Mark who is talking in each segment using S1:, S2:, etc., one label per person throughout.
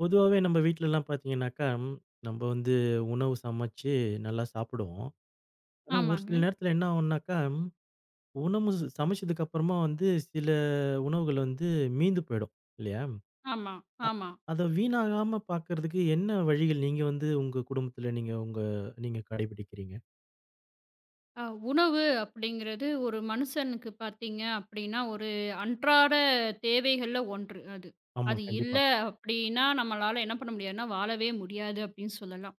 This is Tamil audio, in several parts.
S1: பொதுவாவே நம்ம வீட்லலாம் பார்த்தீங்கன்னாக்கா, நம்ம வந்து உணவு சமைச்சு நல்லா சாப்பிடுவோம். ஆனா, ஒரு சில
S2: ஆமாங்க.
S1: நேரத்தில என்ன ஆகும்னாக்கா, உணவு சமைச்சதுக்கு அப்புறமா வந்து சில உணவுகள் வந்து மீந்து போயிடும் இல்லையா?
S2: ஆமா,
S1: அ
S2: ஆமா.
S1: அத வீணாகாம பார்க்கறதுக்கு என்ன வழிகள் நீங்க வந்து உங்க குடும்பத்தில நீங்க கடைபிடிக்கிறீங்க?
S2: அ உணவு அப்படிங்கிறது ஒரு மனுஷனுக்கு பார்த்தீங்க அப்படின்னா, ஒரு அன்றாட தேவைகள்ல ஒன்று அது.
S1: ஆமா,
S2: அது இல்ல
S1: கண்டிப்பா,
S2: அப்படின்னா, நம்மளால என்ன பண்ண முடியாதுன்னா, வாழவே முடியாது அப்படின்னு சொல்லலாம்.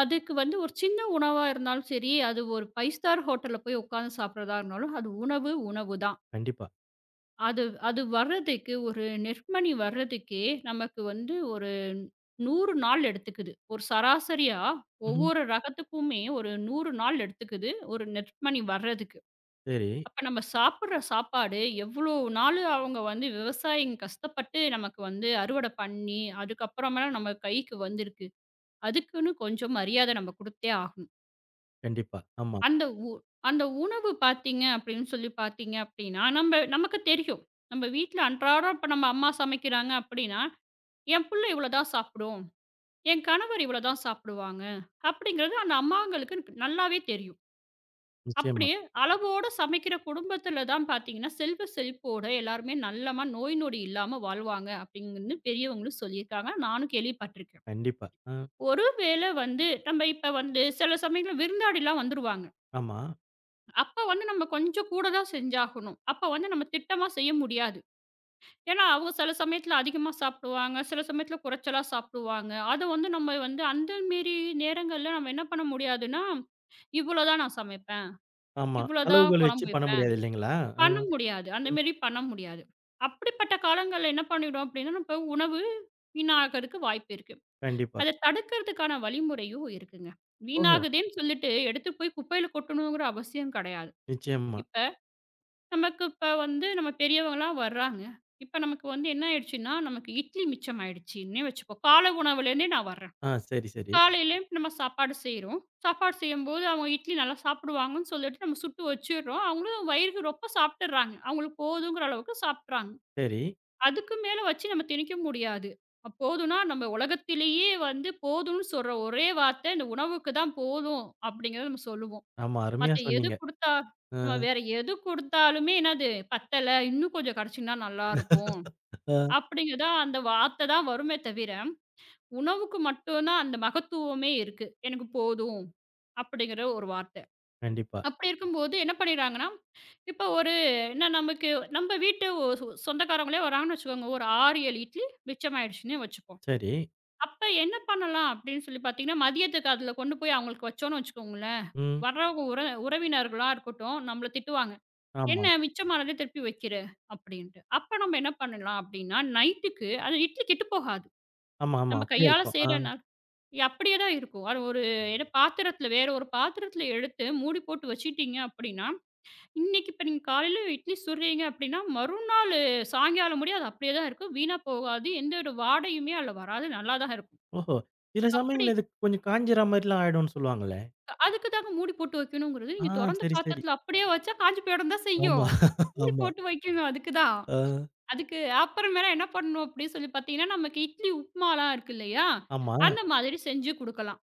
S2: அதுக்கு வந்து ஒரு சின்ன உணவா இருந்தாலும் சரி, அது ஒரு 5 ஸ்டார் ஹோட்டல்ல போய் உட்கார்ந்து சாப்பிடுறதா இருந்தாலும், அது உணவு, உணவு தான்.
S1: கண்டிப்பா.
S2: அது அது வர்றதுக்கு ஒரு நெற்மணி வர்றதுக்கே நமக்கு வந்து ஒரு 100 நாள் எடுத்துக்குது. ஒரு சராசரியா
S1: ம்ஹ்ம்.
S2: ஒவ்வொரு ரகத்துக்குமே ஒரு 100 நாள் எடுத்துக்குது, ஒரு நெற்மணி வர்றதுக்கு.
S1: சரி.
S2: அப்ப நம்ம சாப்பிடுற சாப்பாடு எவ்வளோ நாளு அவங்க வந்து விவசாயிங்க கஷ்டப்பட்டு நமக்கு வந்து அறுவடை பண்ணி, அதுக்கப்புறமா நம்ம கைக்கு வந்திருக்கு. அதுக்குன்னு கொஞ்சம் மரியாதை நம்ம குடுத்தே ஆகணும்.
S1: கண்டிப்பா. ஆமா.
S2: அந்த உ அந்த உணவு பார்த்தீங்க அப்படின்னு சொல்லி பார்த்தீங்க அப்படின்னா, நமக்கு தெரியும். நம்ம வீட்ல அன்றாடம் இப்ப நம்ம அம்மா சமைக்கிறாங்க அப்படின்னா, என் புள்ள இவ்வளோ தான் சாப்பிடும். என் கணவர் இவ்வளோ தான் சாப்பிடுவாங்க. அப்படிங்கிறது அந்த அம்மாங்களுக்கு நல்லாவே தெரியும். அப்படி
S1: நிச்சயமா.
S2: அளவோட சமைக்கிற குடும்பத்தில தான் பார்த்தீங்கன்னா, செல்வ செழிப்போட எல்லாருமே நல்லமா நோய் நொடி இல்லாம வாழ்வாங்க அப்படின்னு பெரியவங்களும் சொல்லியிருக்காங்க. நானும் கேள்விப்பட்டிருக்கேன்.
S1: கண்டிப்பா.
S2: ஒரு வேளை வந்து நம்ம இப்ப வந்து சில சமயங்கள்ல விருந்தாளிலாம் வந்துருவாங்க.
S1: ஆமா,
S2: அப்ப வந்து நம்ம கொஞ்சம் கூட தான் செஞ்சாகணும். அப்ப வந்து நம்ம திட்டமா செய்ய முடியாது. ஏன்னா, அவங்க சில சமயத்துல அதிகமா சாப்பிடுவாங்க, சில சமயத்துல குறைச்சலா சாப்பிடுவாங்க. அது வந்து நம்ம வந்து அந்த மேரி நேரங்கள்ல நம்ம என்ன பண்ண முடியாதுன்னா, இவ்வளோ தான் நான் சமைப்பேன்,
S1: ஆமா.
S2: இவ்வளோ தான்
S1: அளவுகள் வச்சு
S2: குழம்பு
S1: பண்ண
S2: வைப்பேன்.
S1: முடியாது இல்லைங்களா? அ,
S2: பண்ண முடியாது. அந்த
S1: ம்.
S2: மேரி பண்ண முடியாது. அப்படிப்பட்ட காலங்கள்ல என்ன பண்ணிடும் அப்படின்னா, நம்ம உணவு வீணாகறதுக்கு வாய்ப்பு இருக்கு.
S1: கண்டிப்பா.
S2: அத தடுக்கிறதுக்கான வழிமுறையும் இருக்குங்க.
S1: ஓஹோ!
S2: வீணாகுதேன்னு சொல்லிட்டு எடுத்து போய் குப்பையில கொட்டணுங்கிற அவசியம் கிடையாது.
S1: நிச்சயமா.
S2: இப்ப நமக்கு வந்து நம்ம பெரியவங்கலாம் வர்றாங்க. இப்ப நமக்கு வந்து என்ன ஆயிடுச்சுன்னா, நமக்கு இட்லி மிச்சமாயிடுச்சுன்னே வச்சுக்கோ. காலை உணவுலேருந்தே நான் வர்றேன்.
S1: ஆ. சரி, சரி,
S2: காலையில நம்ம சாப்பாடு செய்றோம். சாப்பாடு செய்யும்போது அவங்க இட்லி நல்லா சாப்பிடுவாங்கன்னு சொல்லிட்டு நம்ம சுட்டு வச்சுடுறோம். அவங்களும் வயிறுக்கு ரொம்ப சாப்பிட்டுறாங்க. அவங்களுக்கு போதுங்கிற அளவுக்கு சாப்பிட்றாங்க.
S1: சரி.
S2: அதுக்கு மேல வச்சு நம்ம திணிக்க முடியாது. அப்ப போதும்னா நம்ம உலகத்திலேயே வந்து போதும்ன்னு சொல்ற ஒரே வார்த்தை இந்த உணவுக்கு தான் போதும் அப்படிங்கிறத நம்ம சொல்லுவோம்.
S1: ஆமா. அருமையா
S2: மத்த எது
S1: சொன்னீங்க.
S2: குடுத்தா
S1: அ.
S2: நம்ம வேற எது குடுத்தாலுமே என்னது, "பத்தல, இன்னும் கொஞ்சம் கெடச்சிருந்தா நல்லாருக்கும்."
S1: அ.
S2: அப்படிங்கதா அந்த வார்த்த தான் வருமே தவிர, உணவுக்கு மட்டும் தான் அந்த மகத்துவமே இருக்கு. "எனக்கு போதும்." அப்படிங்கிற ஒரு வார்த்த.
S1: கண்டிப்பா.
S2: அப்படி இருக்கும்போது என்ன பண்ணிடுறாங்கன்னா, இப்ப ஒரு என்ன நமக்கு நம்ம வீட்டு ஒ சொ சொந்தக்காரங்களே வராங்கன்னு வச்சுக்கோங்க, ஒரு 6, 7 இட்லி மிச்சமாயிடுச்சுன்னே வச்சுப்போம்.
S1: சரி.
S2: அப்ப என்ன பண்ணலாம் அப்படின்னு சொல்லி பாத்தீங்கன்னா, மதியத்துக்கு அதுல கொண்டு போய் அவங்களுக்கு வச்சோம்ன்னு வச்சுக்கோங்களேன்,
S1: ம்.
S2: வர்றவங்க உறவினர்களா இருக்கட்டும், நம்மள திட்டுவாங்க.
S1: ஆமா.
S2: "என்ன மிச்சமானத திருப்பி வைக்கிற" அப்படின்ட்டு. அப்ப நம்ம என்ன பண்ணலாம் அப்படின்னா, நைட்டுக்கு அது இட்லி கெட்டு போகாது.
S1: ஆமா, ஆமா.
S2: நம்ம
S1: அப்படியே
S2: கையால
S1: இருக்கும். ஆ.
S2: செய்றனால அப்படியே தான் இருக்கும். அது ஒரு ஏதோ பாத்திரத்தில வேற ஒரு பாத்திரத்தில எடுத்து மூடி போட்டு வச்சுட்டீங்க அப்படின்னா, இன்னைக்கு இப்ப நீங்க காலையில இட்லி சுடுறீங்க அப்படின்னா, மறுநாள் சாயங்காலம் முடிய அது அப்படியே தான் இருக்கும். வீணா போகாது. எந்த ஒரு வாடையுமே அதில வராது. நல்லா தான் இருக்கும்.
S1: ஓஹோ! சில
S2: அப்படி
S1: சமயங்கள்ல இது கொஞ்சம் காய்ஞ்சிற மாரிலாம் ஆயிடும்னு சொல்லுவாங்களே?
S2: அதுக்கு தாங்க மூடி போட்டு வைக்கணுங்கிறது.
S1: ஆ.
S2: நீங்க தொறந்த
S1: சரி, சரி.
S2: பாத்திரத்தில அப்படியே வச்சா காஞ்சு போயிடும் தான்
S1: ஆமா,
S2: செய்யும். மூடி
S1: ஆமா.
S2: போட்டு வைக்கணும் அதுக்கு தான்.
S1: ஆ.
S2: அதுக்கு அப்புறமேல என்ன பண்ணணும் அப்படின்னு சொல்லி பார்த்தீங்கன்னா, நமக்கு இட்லி உப்புமாலாம் இருக்கு இல்லையா?
S1: ஆமா.
S2: அந்த மாதிரி செஞ்சு குடுக்கலாம்.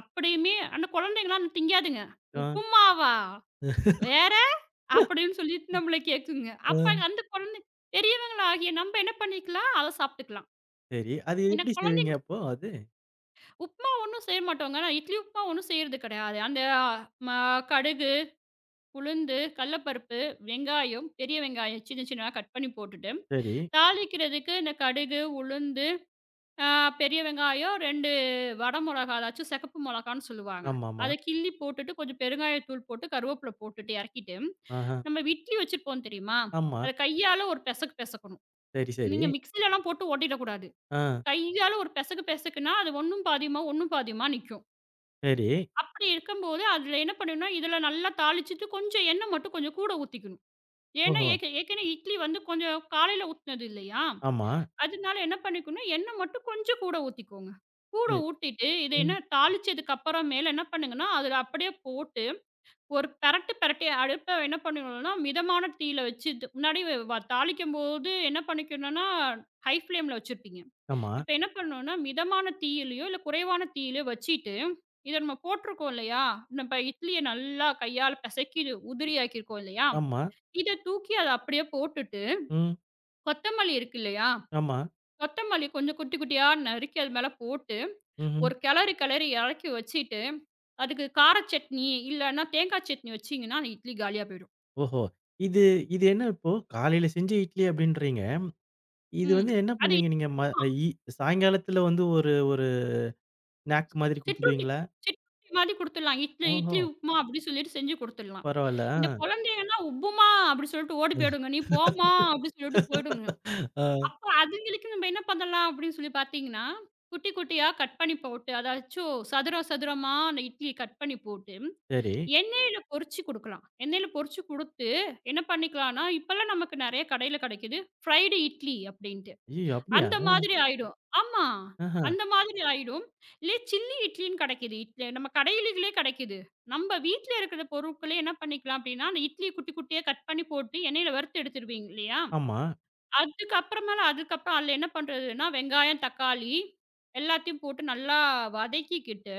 S2: அப்படியுமே அந்த குழந்தைங்கலாம் அது திங்காதுங்க.
S1: ஆ.
S2: "உப்புமாவா? வேற?" அப்படின்னு சொல்லிட்டு நம்மள கேட்குங்க. அப்ப
S1: அ.
S2: அந்த குழந்தை பெரியவங்களாகிய நம்ம என்ன பண்ணிக்கலாம், அத சாப்பிட்டுக்கலாம்.
S1: சரி. அது
S2: ஏன்னா
S1: எப்படி செய்வீங்க
S2: குழந்தைங்க
S1: அப்போ அது?
S2: உப்புமா ஒண்ணும் செய்ய மாட்டோங்க. நான் இட்லி உப்புமா ஒண்ணும் செய்றது கிடையாது. அந்த ம கடுகு, உளுந்து, கடலப்பருப்பு, வெங்காயம், பெரிய வெங்காயம் சின்ன சின்னதா கட் பண்ணி போட்டுட்டு,
S1: சரி.
S2: தாளிக்கிறதுக்கு இந்த கடுகு, உளுந்து ஆ பெரிய வெங்காயம் 2 வட மொளகா, அதாச்சும் சிகப்பு மொளகான்னு சொல்லுவாங்க.
S1: ஆமாமா.
S2: அத கிள்ளி போட்டுட்டு, கொஞ்சம் பெருங்காயத்தூள் போட்டு, கருவேப்பில போட்டுட்டு இறக்கிட்டு,
S1: ஆஹ.
S2: நம்ம இட்லி வச்சிருப்போம் தெரியுமா?
S1: ஆமா.
S2: அத கையால ஒரு பெசக்கு பெசக்கணும்.
S1: சரி, சரி.
S2: நீங்க மிக்ஸிலலாம் போட்டு ஓட்டிடக்கூடாது.
S1: ஆ.
S2: கையால ஒரு பெசக்கு பெசக்குனா, அது ஒண்ணும் பாதியுமா, ஒண்ணும் பாதியுமா நிக்கும்.
S1: சரி.
S2: அப்படி இருக்கும்போது, அதில என்ன பண்ணணும்னா, இதில நல்லா தாளிச்சுட்டு, கொஞ்சம் எண்ணெய் மட்டும் கொஞ்சம் கூட ஊத்திக்கணும். ஏன்னா,
S1: ஓஹோ!
S2: ஏற்கனவே இட்லி வந்து கொஞ்சம் காலையில ஊத்துனது இல்லையா?
S1: ஆமா.
S2: அதனால என்ன பண்ணிக்கணும், எண்ணெய் மட்டும் கொஞ்சம் கூட ஊத்திக்கோங்க. கூட
S1: சரி.
S2: ஊத்திட்டு, இது
S1: ம்.
S2: என்ன தாளிச்சதுக்கு அப்புறமேல என்ன பண்ணுங்கன்னா, அதில அப்படியே போட்டு, ஒரு பெரட்டு பெரட்டி அடுப்ப என்ன பண்ணிக்கணும்னா, மிதமான தீயில வச்சு இது முன்னாடி தாளிக்கும்போது என்ன பண்ணிக்கணும்னா, ஹை ஃப்ளேம்ல வச்சிருப்பீங்க.
S1: ஆமா,
S2: இப்ப என்ன பண்ணணும்னா, மிதமான தீயிலயோ, இல்ல குறைவான தீயிலயோ வச்சுட்டு, இத நம்ம போட்டிருக்கோம் இல்லையா? நம்ம இட்லிய நல்லா கையால பெசைக்கி உதிரி ஆக்கியிருக்கோம் இல்லையா?
S1: ஆமா.
S2: இத தூக்கி அத அப்படியே போட்டுட்டு,
S1: ம்.
S2: கொத்தமல்லி இருக்கு இல்லையா?
S1: ஆமா.
S2: கொத்தமல்லி கொஞ்சம் குட்டி குட்டியா நறுக்கி அது மேல போட்டு,
S1: ம்ஹ்ம்.
S2: ஒரு கெளறு கெளறி எறக்கி வச்சுட்டு, அதுக்கு கார சட்னி இல்லன்னா தேங்காய் சட்னி வச்சீங்கன்னா, அந்த இட்லி காலியா போயிடும்.
S1: ஓஹோ! இது இது என்ன இப்போ காலையில செஞ்ச இட்லி அப்படின்றீங்க. இது
S2: ம்.
S1: வந்து என்ன
S2: அது
S1: பண்ணுவீங்க நீங்க? ம இ சாயங்காலத்துல வந்து ஒரு ஒரு ஸ்நாக் மாதிரி
S2: சிற்றுண்டி
S1: குடுத்துடுவீங்களா?
S2: சிற்றுண்டி மாதிரி குடுத்துடலாம். இட்லி
S1: ஓஹோ!
S2: இட்லி உப்புமா அப்படி சொல்லிட்டு செஞ்சு குடுத்துடலாம்.
S1: பரவால்ல.
S2: இந்த குழந்தைங்கன்னா, உப்புமா அப்படி சொல்லிட்டு ஓடி போயிடுங்க. "நீ போம்மா" அப்படி சொல்லிட்டு போயிடுங்க.
S1: ஆ. ஆ
S2: அப்ப அதுங்களுக்கு நம்ம என்ன பண்ணலாம் அப்படின்னு சொல்லி பார்த்தீங்கன்னா, குட்டி குட்டியா கட் பண்ணி போட்டு, அதாச்சும் சதுரம் சதுரமா அந்த இட்லிய கட் பண்ணி போட்டு
S1: சரி.
S2: எண்ணெயில பொரிச்சு குடுக்கலாம். எண்ணெயில பொரிச்சு குடுத்து, என்ன பண்ணிக்கலான்னா, இப்பல்லாம் நமக்கு நெறைய கடையில கெடைக்குது. ஃப்ரைடு இட்லி அப்டின்ட்டு.
S1: ஐயய்யோ! அப்படியா?
S2: அந்த மாதிரி ஆயிடும். ஆமா.
S1: ஆஹா.
S2: அந்த மாதிரி ஆயிடும். இல்ல சில்லி இட்லின்னு கெடைக்குது. இட்லி நம்ம கடையிலே கெடைக்குது. நம்ம வீட்ல இருக்கிற பொருட்களே என்ன பண்ணிக்கலாம் அப்டின்னா, அந்த இட்லிய குட்டி குட்டியா கட் பண்ணி போட்டு எண்ணெயில வறுத்து எடுத்துருவீங்க இல்லையா?
S1: ஆமா.
S2: அதுக்கப்புறம் அதுல என்ன பண்றதுன்னா, வெங்காயம், தக்காளி எல்லாத்தையும் போட்டு நல்லா வதக்கிக்கிட்டு,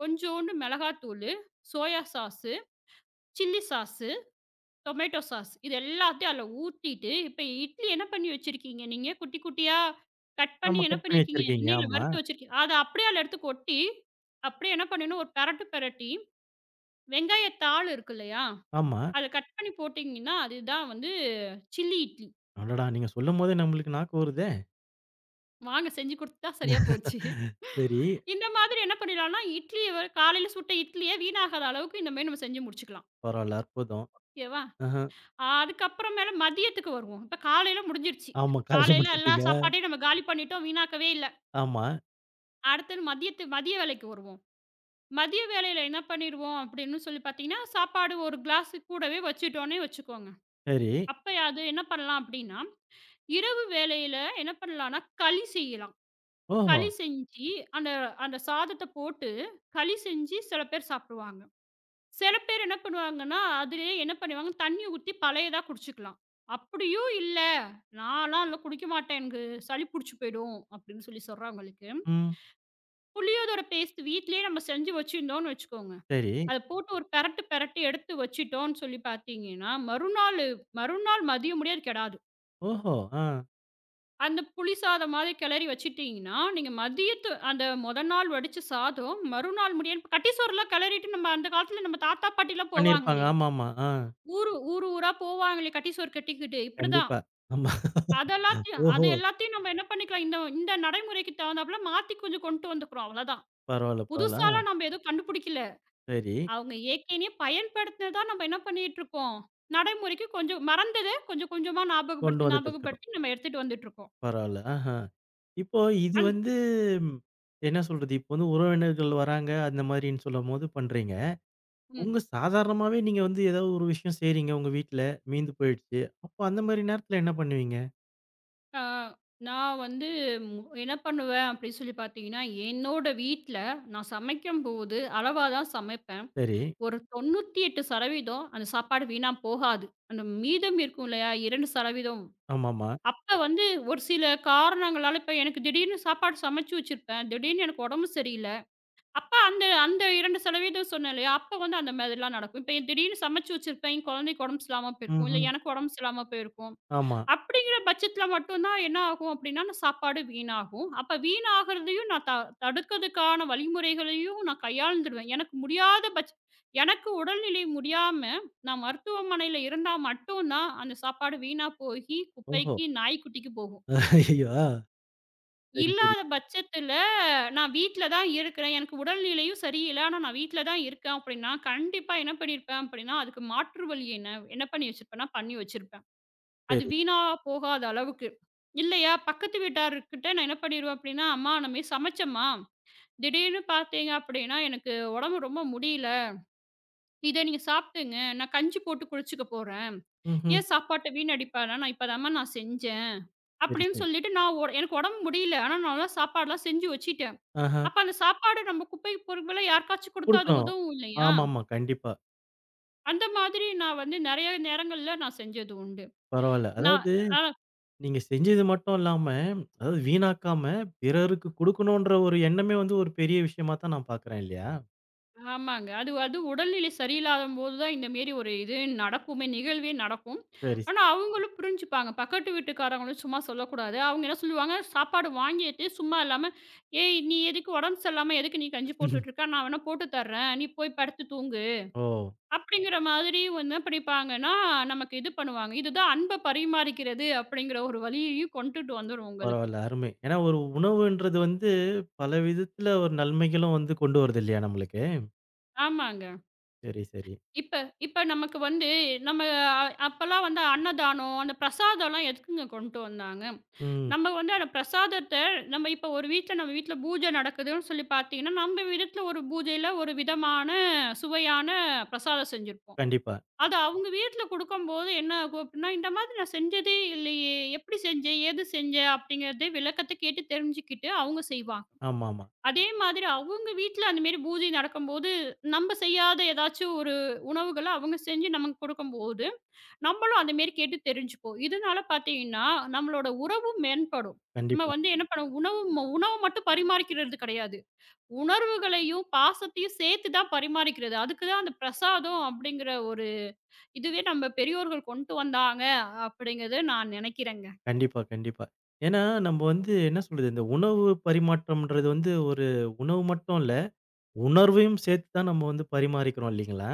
S2: கொஞ்சோண்டு மிளகாத்தூளு, soya sauce chilli sauce, tomato sauce இது எல்லாத்தையும் அதில ஊத்திட்டு, இப்ப இட்லி என்ன பண்ணி வச்சிருக்கீங்க நீங்க? குட்டி குட்டியா கட் பண்ணி
S1: ஆமா.
S2: என்ன
S1: கட் பண்ணி
S2: பண்ணியிருக்கீங்க?
S1: வச்சிருக்கீங்க.
S2: எண்ணெயில
S1: ஆமா,
S2: வறுத்து வச்சிருக்கீங்க. அத அப்படியே அதில எடுத்து கொட்டி, அப்படியே என்ன பண்ணணும், ஒரு பெரட்டு பெரட்டி, வெங்காய தாள் இருக்கு இல்லையா?
S1: ஆமா.
S2: அத கட் பண்ணி போட்டீங்கன்னா, அதுதான் வந்து சில்லி இட்லி.
S1: அடடா! நீங்க சொல்லும்போதே நம்மளுக்கு நாக்கு ஊறுதே.
S2: வாங்க செஞ்சு குடுத்தா சரியா போச்சு.
S1: சரி.
S2: இந்த மாதிரி என்ன பண்ணிடலாம்னா, இட்லிய காலையில சுட்ட இட்லிய வீணாகாத அளவுக்கு இந்த மாரி நம்ம செஞ்சு முடிச்சுக்கலாம்.
S1: பரவால்ல. அற்புதம்.
S2: ஓகேவா?
S1: ஆஹ.
S2: ஆ அதுக்கப்புறமேல மதியத்துக்கு வருவோம். இப்ப காலையில முடிஞ்சிருச்சு.
S1: ஆமா. காலையில
S2: காலையில எல்லா
S1: முடிச்சிட்டீங்க.
S2: சாப்பாட்டையும் நம்ம காலி பண்ணிட்டோம், வீணாக்கவே இல்ல.
S1: ஆமா.
S2: அடுத்தது மதிய வேலைக்கு வருவோம். மதிய வேலையில என்ன பண்ணிருவோம் அப்படின்னு சொல்லி பார்த்தீங்கன்னா, சாப்பாடு ஒரு கிளாஸ் கூடவே வச்சுட்டோன்னே வச்சுக்கோங்க.
S1: சரி.
S2: அப்ப அது என்ன பண்ணலாம் அப்படின்னா, இரவு வேளையில என்ன பண்ணலாம்னா, களி செய்யலாம்.
S1: ஓஹோ!
S2: களி செஞ்சு அந்த அந்த சாதத்த போட்டு களி செஞ்சு சில பேர் சாப்பிடுவாங்க. சில பேர் என்ன பண்ணுவாங்கன்னா, அதிலேயே என்ன பண்ணுவாங்க, தண்ணி ஊத்தி பழையதா குடிச்சுக்கலாம். அப்படியும் இல்ல, "நான்லாம் அதில குடிக்க மாட்டேன். எனக்கு சளி புடிச்சு போயிடும்." அப்படின்னு சொல்றவங்களுக்கு,
S1: ம்.
S2: புளியோதரை பேஸ்ட் வீட்லயே நம்ம செஞ்சு வச்சிருந்தோம்னு வச்சுக்கோங்க.
S1: சரி.
S2: அத போட்டு ஒரு பெரட்டு பெரட்டி எடுத்து வச்சுட்டோம்ன்னு சொல்லி பார்த்தீங்கன்னா, மறுநாள் மதியம் முடிய அது கெடாது.
S1: ஓஹோ! ஆ.
S2: அந்த புளி சாதம் மாதிரி கிளறி வச்சுட்டீங்கன்னா, நீங்க மதியத்து அந்த முதல் நாள் வடிச்ச சாதம் மறுநாள் முடிய கட்டி சோறுலாம் கிளறிட்டு நம்ம அந்த காலத்தில நம்ம தாத்தா, பாட்டிலாம்
S1: பண்ணியிருப்பாங்க.
S2: போவாங்களே
S1: ஆமாமா. ஆ.
S2: ஊரு ஊரு ஊரா போவாங்களே கட்டி சோறு கட்டிக்கிட்டு. இப்படிதான்.
S1: கண்டிப்பா. ஆமா.
S2: அது
S1: ஓஹோ!
S2: எல்லாத்தையும் நம்ம என்ன பண்ணிக்கலாம், இந்த இந்த நடைமுறைக்கு தகுந்தாப்புல மாத்தி கொஞ்சம் கொண்டு வந்துக்கிறோம். அவ்வளோதான்.
S1: பரவால்ல, பரவால்ல.
S2: புதுசாலாம்
S1: ஆ
S2: நம்ம எதுவும் கண்டுபிடிக்கல.
S1: சரி.
S2: அவங்க ஏற்கனவே பயன்படுத்தினதா நம்ம என்ன பண்ணிட்டுருக்கோம், நடைமுறைக்கு கொஞ்சம் மறந்தத கொஞ்சம் கொஞ்சமா
S1: கொண்டு வந்துட்டு இருக்கணும்.
S2: ஞாபகப்படுத்தி நம்ம எடுத்துட்டு வந்துட்டுருக்கோம்.
S1: பரவால்ல. ஆஹா. இப்போ இது
S2: அந்
S1: வந்து என்ன சொல்றது? இப்போ வந்து உறவினர்கள் வராங்க, அந்த மாரின்னு சொல்லும்போது பண்றீங்க.
S2: ம்.
S1: உங்க சாதாரணமாவே நீங்க வந்து ஏதாவது ஒரு விஷயம் செய்றீங்க உங்க வீட்ல. மீந்து போயிடுச்சு. அப்போ அந்த மாரி நேரத்துல என்ன பண்ணுவீங்க?
S2: ஆ நான் வந்து என்ன பண்ணுவேன் அப்படின்னு சொல்லி பார்த்தீங்கன்னா, என்னோட வீட்ல நான் சமைக்கும்போது அளவா தான் சமைப்பேன்.
S1: சரி.
S2: ஒரு 98% அந்த சாப்பாடு வீணா போகாது. அந்த மீதம் இருக்கும் இல்லையா? 2%
S1: ஆமாமா.
S2: அப்ப வந்து ஒரு சில காரணங்களால இப்ப எனக்கு திடீர்னு சாப்பாடு சமைச்சு வச்சிருப்பேன். திடீர்னு எனக்கு உடம்பு சரியில்ல. அப்ப அந்த அந்த 2% சொன்னேன் இல்லையா? அப்ப வந்து அந்த மாதிரிலாம் நடக்கும். இப்ப திடீர்னு சமைச்சு வச்சிருப்பேன். என் குழந்தைக்கு உடம்பு சரியில்லாம போயிருக்கும். இல்ல
S1: ம்ஹ்ம்.
S2: எனக்கு உடம்பு சரியில்லாம போயிருக்கும்.
S1: ஆமா.
S2: அப்படிங்கிற பட்சத்தில மட்டும் தான் என்ன ஆகும் அப்படின்னா, அந்த சாப்பாடு வீணாகும். அப்ப வீணாகுறதையும் நான் த தடுக்கிறதுக்கான வழிமுறைகளையும் நான் கையாண்டுருவேன். எனக்கு முடியாத பட்ச எனக்கு உடல்நிலை முடியாம, நான் மருத்துவமனையில இருந்தா மட்டும் தான் அந்த சாப்பாடு வீணா போகி
S1: ஓஹோ!
S2: குப்பைக்கு, நாய்க்குட்டிக்கு போகும்.
S1: ஐயய்யோ! ஆ. சரி, சரி,
S2: இல்லாத பட்சத்தில நான் வீட்ல தான் இருக்கிறேன். எனக்கு உடல்நிலையும் சரியில்ல. ஆனா நான் வீட்ல தான் இருக்கேன் அப்படின்னா, கண்டிப்பா என்ன பண்ணியிருப்பேன் அப்படின்னா, அதுக்கு மாற்று வழி என்ன என்ன பண்ணி வச்சிருப்பேன்னா, பண்ணி வச்சிருப்பேன். அது
S1: சரி.
S2: வீணா போகாத அளவுக்கு. இல்லையா, பக்கத்து வீட்டார்கிட்ட நான் என்ன பண்ணிருவேன் அப்டின்னா, "அம்மா நம்ம சமைச்சம்மா, திடீர்னு பார்த்தீங்க அப்டின்னா, எனக்கு உடம்பு ரொம்ப முடியல. இத நீங்க சாப்ட்டுங்க. நான் கஞ்சி போட்டு குடிச்சுக்க போறேன்.
S1: ம்ஹ்ம்.
S2: ஏன் சாப்பாட்ட வீணடிப்பேனா? நான் இப்பதாம்மா நான் செஞ்சேன்."
S1: சரி,
S2: அப்டின்னு
S1: சரி.
S2: சொல்லிட்டு நான் ஒ எனக்கு உடம்பு முடியல. ஆனா நான்லாம் சாப்பாடுலாம் செஞ்சு வச்சுட்டேன்.
S1: ஆஹா.
S2: அப்ப அந்த சாப்பாடு நம்ம குப்பைக்கு போறதுக்கு பதிலா யாருக்காச்சும் குடுத்தா அது
S1: குடுக்கணும்.
S2: உதவும் இல்லையா?
S1: ஆமாமா. கண்டிப்பா.
S2: அந்த மாதிரி நான் வந்து நெறைய நேரங்கள்ல நான் செஞ்சது உண்டு.
S1: பரவால்ல.
S2: நான்
S1: அதாவது
S2: அ
S1: நீங்க செஞ்சது மட்டும் இல்லாம, அதாவது வீணாக்காம பிறருக்கு குடுக்கணுன்ற ஒரு எண்ணமே வந்து ஒரு பெரிய விஷயமா தான் நான் பார்க்குறேன் இல்லையா?
S2: ஆமாங்க. அது அது உடல்நிலை சரியில்லாதம்போது தான் இந்த மாரி ஒரு இது நடக்குமே, நிகழ்வே நடக்கும்.
S1: சரி,
S2: ஆனா, அவங்களும் புரிஞ்சுப்பாங்க. பக்கத்து வீட்டுக்காரங்களும் சும்மா சொல்லக்கூடாது. அவங்க என்ன சொல்லுவாங்க, சாப்பாடு வாங்கிட்டு சும்மா இல்லாம, "ஏய்! நீ எதுக்கு உடம்பு சரியில்லாம எதுக்கு நீ கஞ்சி
S1: சரி.
S2: போட்டுட்ருக்க? நான் வேணா போட்டு தர்றேன். நீ போய் படுத்து தூங்கு."
S1: ஓ!
S2: அப்படிங்கிற மாதிரி என்ன பண்ணிப்பாங்கன்னா, நமக்கு இது பண்ணுவாங்க. இதுதான் அன்ப பரிமாறிக்கிறது அப்படிங்கிற ஒரு வழியையும் கொண்டுட்டு வந்துரும் உங்களுக்கு.
S1: பரவால்ல. அருமை. ஏன்னா ஒரு உணவுன்றது வந்து பல விதத்துல ஒரு நன்மைகளும் வந்து கொண்டு வருது இல்லையா நம்மளுக்கு?
S2: ஆமாங்க.
S1: சரி, சரி.
S2: இப்ப இப்ப நமக்கு வந்து நம்ம அ அப்பலாம் வந்து அன்னதானம், அந்த பிரசாதம்லாம் எதுக்குங்க கொண்டு வந்தாங்க?
S1: ம்.
S2: நம்ம வந்து அந்த பிரசாதத்த நம்ம இப்ப ஒரு வீட்ல நம்ம வீட்ல பூஜை நடக்குதுன்னு சொல்லி பார்த்தீங்கன்னா, நம்ம விதத்துல ஒரு பூஜையில ஒரு விதமான சுவையான பிரசாதம் செஞ்சிருப்போம்.
S1: கண்டிப்பா.
S2: அது அவங்க வீட்ல குடுக்கும்போது என்ன ஆகும் அப்டின்னா, "இந்த மாதிரி நான் செஞ்சதே இல்லையே! எப்படி செஞ்சேன்? ஏது செஞ்சேன்?" அப்படிங்கிறத விளக்கத்த கேட்டு தெரிஞ்சுக்கிட்டு அவங்க செய்வாங்க.
S1: ஆமாமா.
S2: அதே மாதிரி அவங்க வீட்ல அந்த மாரி பூஜை நடக்கும்போது, நம்ம செய்யாத ஏதாச்சும் ஒரு உணவுகள அவங்க செஞ்சு நமக்கு கொடுக்கும்போது, நம்மளும் அந்த மாரி கேட்டு தெரிஞ்சுப்போம். இதனால பார்த்தீங்கன்னா, நம்மளோட உறவு மேம்படும். நம்ம
S1: கண்டிப்பா,
S2: வந்து என்ன பண்ணுவோம், உணவு மட்டும் பரிமாறிக்கிறது கிடையாது. உணர்வுகளையும், பாசத்தையும் சேர்த்து தான் பரிமாறிக்கிறது. அதுக்கு தான் அந்த பிரசாதம் அப்படிங்கிற ஒரு இதுவே நம்ம பெரியோர்கள் கொண்டு வந்தாங்க அப்படிங்கிறது நான் நினைக்கிறேங்க.
S1: கண்டிப்பா, கண்டிப்பா. ஏன்னா நம்ம வந்து என்ன சொல்றது, இந்த உணவு பரிமாற்றம்ன்றது வந்து ஒரு உணவு மட்டும் இல்ல, உணர்வையும் சேர்த்து தான் நம்ம வந்து பரிமாறிக்கிறோம் இல்லைங்களா?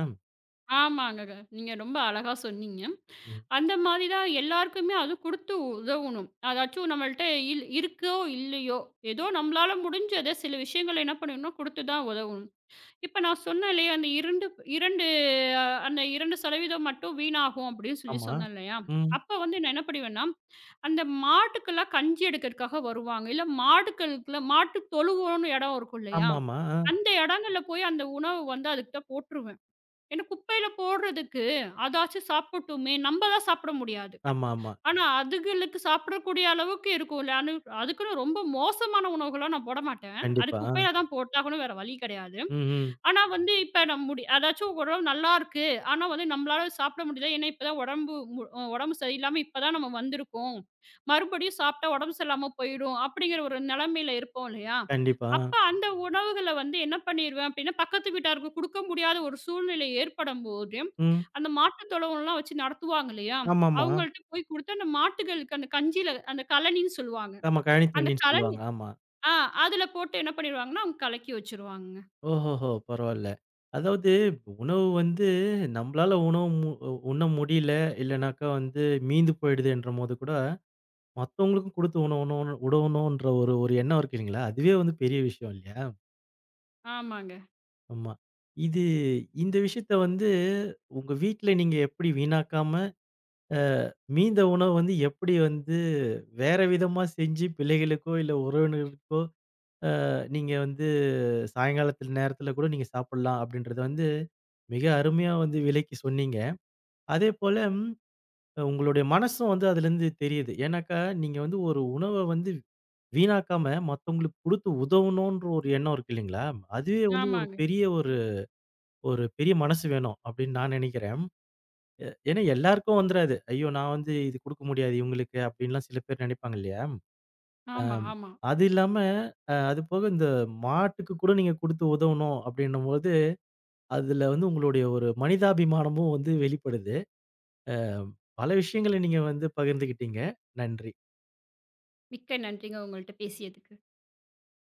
S2: ஆமாங்கங்க. நீங்க ரொம்ப அழகா சொன்னீங்க.
S1: ம்.
S2: அந்த மாதிரி தான் எல்லாருக்குமே அது குடுத்து உதவணும். அதாச்சும் நம்மள்ட்ட இருக்கோ, இல்லையோ, ஏதோ நம்மளால முடிஞ்சத சில விஷயங்கள என்ன பண்ணணும்னா குடுத்து தான் உதவணும். இப்ப நான் சொன்னேன் இல்லையா, அந்த 2 2 அ அந்த 2% மட்டும் வீணாகும் அப்படின்னு சொல்லி
S1: ஆமா.
S2: சொன்னேன் இல்லையா?
S1: ம்.
S2: அப்ப வந்து நான் என்ன பண்ணுவேன்னா, அந்த மாட்டுக்கெல்லாம் கஞ்சி எடுக்கிறதுக்காக வருவாங்க. இல்ல மாடுகளுக்குல மாட்டு தொழுவோம்னு இடம் இருக்கும் இல்லையா?
S1: ஆமாமா. ஆ.
S2: அந்த இடங்கள்ல போய் அந்த உணவு வந்து அதுகிட்ட போட்டுருவேன். ஏன்னா குப்பையில போடுறதுக்கு அதாச்சும் சாப்பிடட்டுமே! நம்ம தான் சாப்பிட முடியாது.
S1: ஆமா, ஆமா.
S2: ஆனா, அதுகளுக்கு சாப்பிடக்கூடிய அளவுக்கு இருக்கும்ல. அதுக்குன்னு ரொம்ப மோசமான உணவுகள்லாம் நான் போட மாட்டேன். அது
S1: கண்டிப்பா. ஆ.
S2: குப்பையில தான் போட்டாகணும். வேற வழி கிடையாது.
S1: ம், ம்.
S2: ஆனா வந்து இப்ப நம் முடி அதாச்சும் உடம்பு நல்லா இருக்கு. ஆனா வந்து நம்மளால சாப்பிட முடியல. ஏன்னா இப்பதான் உடம்பு சரியில்லாம இப்பதான் நம்ம வந்திருக்கோம். மறுபடியும் சாப்பிட்டா உடம்பு சரியில்லாம போயிடும். அப்படிங்கிற ஒரு நிலைமையில இருப்போம் இல்லையா?
S1: கண்டிப்பா. ஆ.
S2: அப்ப அந்த உணவுகள வந்து என்ன பண்ணிருவேன் அப்படின்னா, பக்கத்து வீட்டாருக்கு குடுக்க முடியாத ஒரு சூழ்நிலை ஏற்படும்போது,
S1: ம்.
S2: அந்த மாட்டுத் தொழுவம்லாம் வச்சு நடத்துவாங்க இல்லையா?
S1: ஆமாமா.
S2: அவங்கள்ட்ட போய் குடுத்து அந்த மாட்டுகளுக்கு அந்த கஞ்சியில அந்த கழனின்னு சொல்லுவாங்க.
S1: ஆமா. கழனி
S2: அந்த
S1: தண்ணீன்னு
S2: கழனி
S1: சொல்லுவாங்க. ஆமா.
S2: ஆ அதுல போட்டு என்ன பண்ணிருவாங்கன்னா, அவங்க கலக்கி வச்சுருவாங்கங்க.
S1: ஓஹோஹோ! பரவால்ல. அதாவது உணவு வந்து நம்பளால உணவு உண்ண முடியல, இல்லனாக்கா வந்து மீந்து போயிடுதுன்றபோது கூட, மத்தவங்களுக்கும் குடுத்து உடவணுன்ற ஒரு ஒரு எண்ணம் இருக்கு இல்லைங்களா? அதுவே வந்து பெரிய விஷயம் இல்லையா?
S2: ஆமாங்க,
S1: ஆமா. இது இந்த விஷயத்த வந்து உங்க வீட்ல நீங்க எப்படி வீணாக்காம அ மீந்த உணவு வந்து எப்படி வந்து வேற விதமா செஞ்சு பிள்ளைகளுக்கோ, இல்ல உறவினர்களுக்கோ நீங்க வந்து சாயங்காலத்துல நேரத்துல கூட நீங்க சாப்பிடலாம் அப்படின்றத வந்து மிக அருமையா வந்து விளக்கி சொன்னீங்க. அதேபோல உங்களுடைய மனசும் வந்து அதுலருந்து தெரியுது. ஏன்னாக்கா நீங்க வந்து ஒரு உணவ வந்து வீணாக்காம மத்தவங்களுக்கு குடுத்து உதவணுன்ற ஒரு எண்ணம் இருக்கு இல்லைங்களா? அதுவே வந்து ஒரு
S2: ஆமாங்க.
S1: பெரிய ஒரு ஒரு பெரிய மனசு வேணும் அப்படின்னு நான் நினைக்கிறேன். ஏன்னா எல்லாருக்கும் வந்துராது. ஐயோ! நான் வந்து இது குடுக்க முடியாது இவங்களுக்கு அப்டின்லாம் சில பேர் நெனைப்பாங்க இல்லையா?
S2: ஆமா,
S1: அம்
S2: ஆமா.
S1: அது இல்லாம அதுபோக இந்த மாட்டுக்கு கூட நீங்க குடுத்து உதவணும் அப்டின்னும்போது, அதுல வந்து உங்களுடைய ஒரு மனிதாபிமானமும் வந்து வெளிப்படுது. அ பல விஷயங்கள நீங்க வந்து பகிர்ந்துக்கிட்டீங்க. நன்றி.
S2: மிக்க நன்றிங்க உங்கள்ட்ட பேசியதுக்கு.